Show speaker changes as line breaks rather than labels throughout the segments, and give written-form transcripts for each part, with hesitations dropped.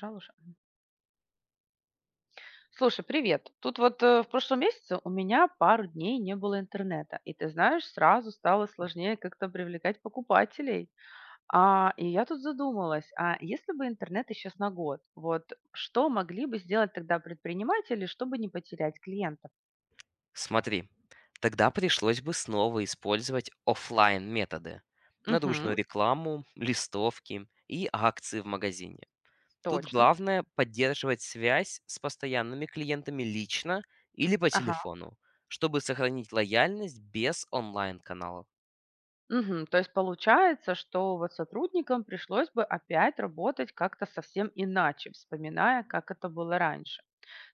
Сразу же. Слушай, привет. Тут вот в прошлом месяце у меня пару дней не было интернета, и, ты знаешь, сразу стало сложнее как-то привлекать покупателей. А, и я тут задумалась, а если бы интернет исчез на год, вот что могли бы сделать тогда предприниматели, чтобы не потерять клиентов?
Смотри, тогда пришлось бы снова использовать оффлайн методы
Угу,
наружную рекламу, листовки и акции в магазине. Тут
точно.
главное поддерживать связь с постоянными клиентами лично или по
Ага.
телефону, чтобы сохранить лояльность без онлайн-каналов.
Мгм. То есть получается, что вот сотрудникам пришлось бы опять работать как-то совсем иначе, вспоминая, как это было раньше.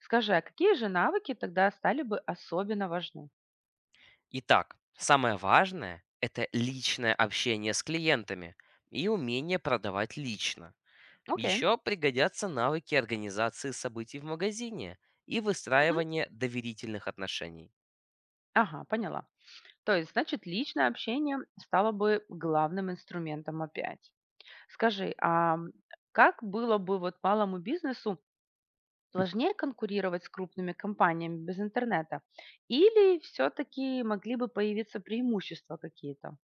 Скажи, а какие же навыки тогда стали бы особенно важны?
Итак, самое важное– это личное общение с клиентами и умение продавать лично.
Окей.
Еще пригодятся навыки организации событий в магазине и
Мгм.
выстраивания доверительных отношений.
Ага, поняла. То есть, значит, личное общение стало бы главным инструментом опять. Скажи, как было бы вот малому бизнесу сложнее конкурировать с крупными компаниями без интернета? Или все-таки могли бы появиться преимущества какие-то?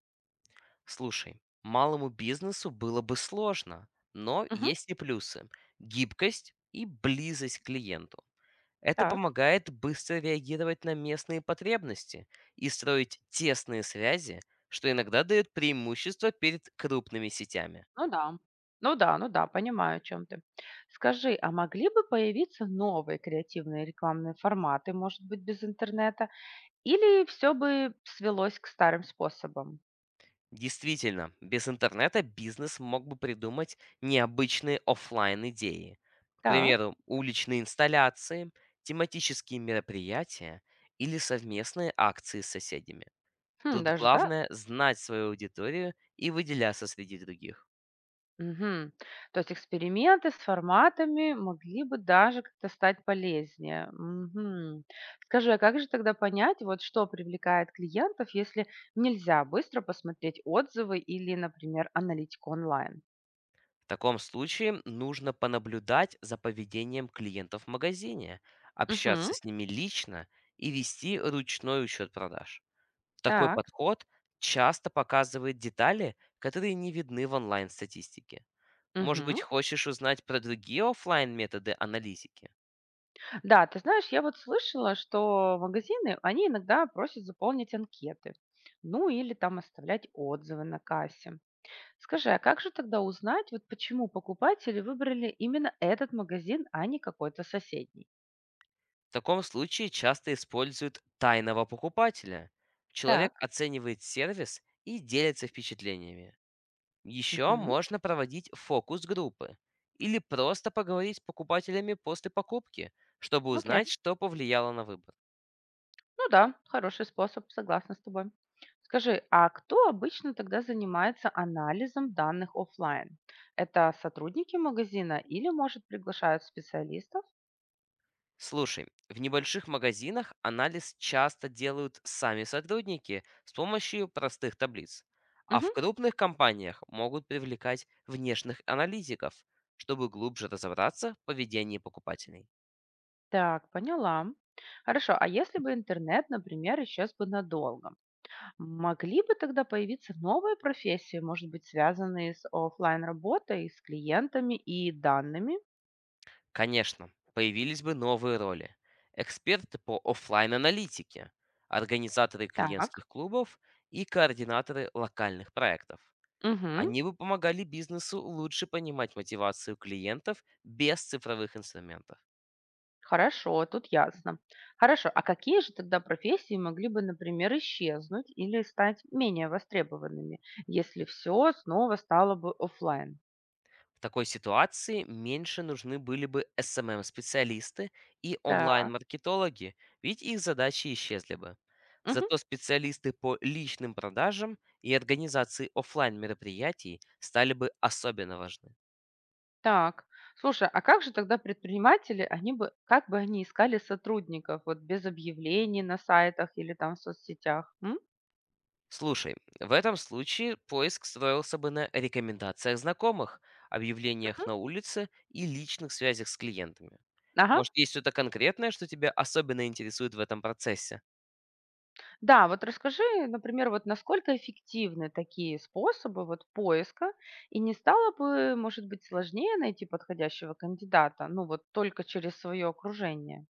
Слушай, малому бизнесу было бы сложно, но есть и плюсы. Гибкость и близость к клиенту. Это
Так,
помогает быстро реагировать на местные потребности и строить тесные связи, что иногда дает преимущество перед крупными сетями.
ну да. Ну да, ну да, понимаю, о чем ты. Скажи, а могли бы появиться новые креативные рекламные форматы, может быть, без интернета? Или все бы свелось к старым способам?
Действительно, без интернета бизнес мог бы придумать необычные оффлайн идеи. К
Так,
примеру, уличные инсталляции, тематические мероприятия или совместные акции с соседями.
хм,
Тут
даже так?
главное знать свою аудиторию и выделяться среди других.
Мгм. То есть эксперименты с форматами могли бы даже как-то стать полезнее. Мгм. Скажи, а как же тогда понять, вот что привлекает клиентов, если нельзя быстро посмотреть отзывы или, например, аналитику онлайн?
В таком случае нужно понаблюдать за поведением клиентов в магазине,
Мгм.
общаться с ними лично и вести ручной учет продаж. Такой
Так.
подход часто показывает детали, которые не видны в онлайн-статистике. Может
Мгм.
быть, хочешь узнать про другие оффлайн методы аналитики?
Да, ты знаешь, я вот слышала, что магазины, они иногда просят заполнить анкеты. Ну или там оставлять отзывы на кассе. Скажи, а как же тогда узнать, вот почему покупатели выбрали именно этот магазин, а не какой-то соседний?
В таком случае часто используют тайного покупателя. Человек
Так.
оценивает сервис и делится впечатлениями. Еще
Мгм.
можно проводить фокус-группы или просто поговорить с покупателями после покупки, чтобы
Окей.
узнать, что повлияло на выбор.
Ну да, хороший способ, согласна с тобой. Скажи, а кто обычно тогда занимается анализом данных оффлайн? Это сотрудники магазина или, может, приглашают специалистов?
Слушай, в небольших магазинах анализ часто делают сами сотрудники с помощью простых таблиц, а
Мгм.
в крупных компаниях могут привлекать внешних аналитиков, чтобы глубже разобраться в поведении покупателей.
Так, поняла. Хорошо, а если бы интернет, например, исчез бы надолго, могли бы тогда появиться новые профессии, может быть, связанные с оффлайн работой с клиентами и данными?
Конечно, появились бы новые роли. Эксперты по оффлайн аналитике организаторы
Так,
клиентских клубов и координаторы локальных проектов.
мгм,
Они бы помогали бизнесу лучше понимать мотивацию клиентов без цифровых инструментов.
хорошо, тут ясно. Хорошо, а какие же тогда профессии могли бы, например, исчезнуть или стать менее востребованными, если все снова стало бы оффлайн?
В такой ситуации меньше нужны были бы SMM-специалисты и
Так,
онлайн-маркетологи, ведь их задачи исчезли бы.
мгм.
Зато специалисты по личным продажам и организации оффлайн мероприятий стали бы особенно важны.
Так. Слушай, а как же тогда предприниматели, они бы, как бы они искали сотрудников вот без объявлений на сайтах или там в соцсетях? М?
Слушай, в этом случае поиск строился бы на рекомендациях знакомых,
Мгм.
объявлениях на улице и личных связях с клиентами.
Ага.
Может, есть что-то конкретное, что тебя особенно интересует в этом процессе?
Да, вот расскажи, например, вот насколько эффективны такие способы вот поиска, и не стало бы, может быть, сложнее найти подходящего кандидата, ну вот только через свое окружение?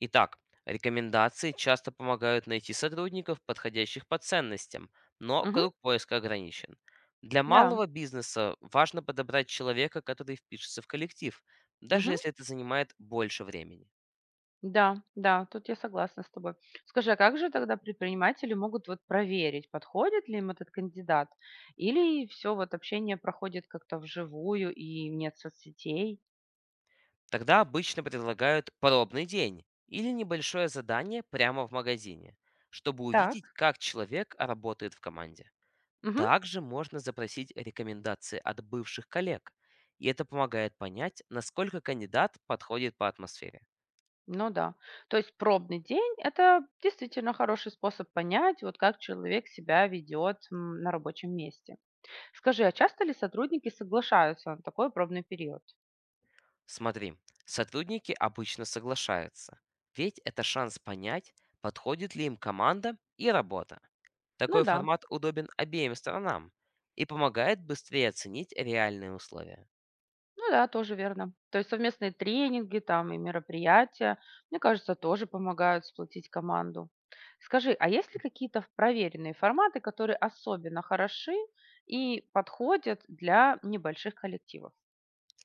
Итак, рекомендации часто помогают найти сотрудников, подходящих по ценностям, но
Мгм.
круг поиска ограничен. Для
Да.
малого бизнеса важно подобрать человека, который впишется в коллектив, даже
Мгм.
если это занимает больше времени.
Да, да, тут я согласна с тобой. Скажи, а как же тогда предприниматели могут вот проверить, подходит ли им этот кандидат, или все вот общение проходит как-то вживую и нет соцсетей?
Тогда обычно предлагают пробный день или небольшое задание прямо в магазине, чтобы
Так,
увидеть, как человек работает в команде.
мгм,
Также можно запросить рекомендации от бывших коллег, и это помогает понять, насколько кандидат подходит по атмосфере.
ну да. То есть пробный день– это действительно хороший способ понять, вот как человек себя ведет на рабочем месте. Скажи, а часто ли сотрудники соглашаются на такой пробный период?
Смотри, сотрудники обычно соглашаются, ведь это шанс понять, подходит ли им команда и работа.
Ну
Такой
да.
формат удобен обеим сторонам и помогает быстрее оценить реальные условия.
Ну да, тоже верно. То есть совместные тренинги там и мероприятия, мне кажется, тоже помогают сплотить команду. Скажи, а есть ли какие-то проверенные форматы, которые особенно хороши и подходят для небольших коллективов?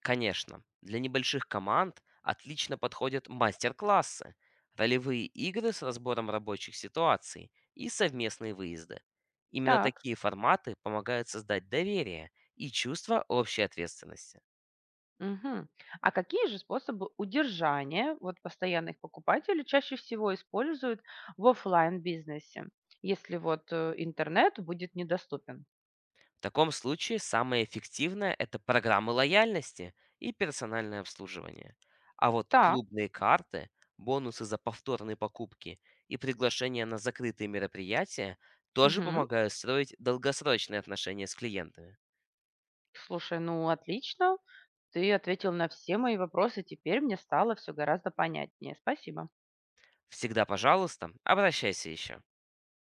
Конечно, для небольших команд отлично подходят мастер-классы, ролевые игры с разбором рабочих ситуаций и совместные выезды. Именно
Так,
такие форматы помогают создать доверие и чувство общей ответственности.
мгм. А какие же способы удержания вот постоянных покупателей чаще всего используют в оффлайн бизнесе, если вот интернет будет недоступен?
В таком случае самое эффективное– это программы лояльности и персональное обслуживание. А вот
Так.
клубные карты, бонусы за повторные покупки и приглашения на закрытые мероприятия тоже
Мгм.
помогают строить долгосрочные отношения с клиентами.
Слушай, ну отлично. Ты ответил на все мои вопросы. Теперь мне стало все гораздо понятнее. Спасибо.
Всегда, пожалуйста, обращайся еще.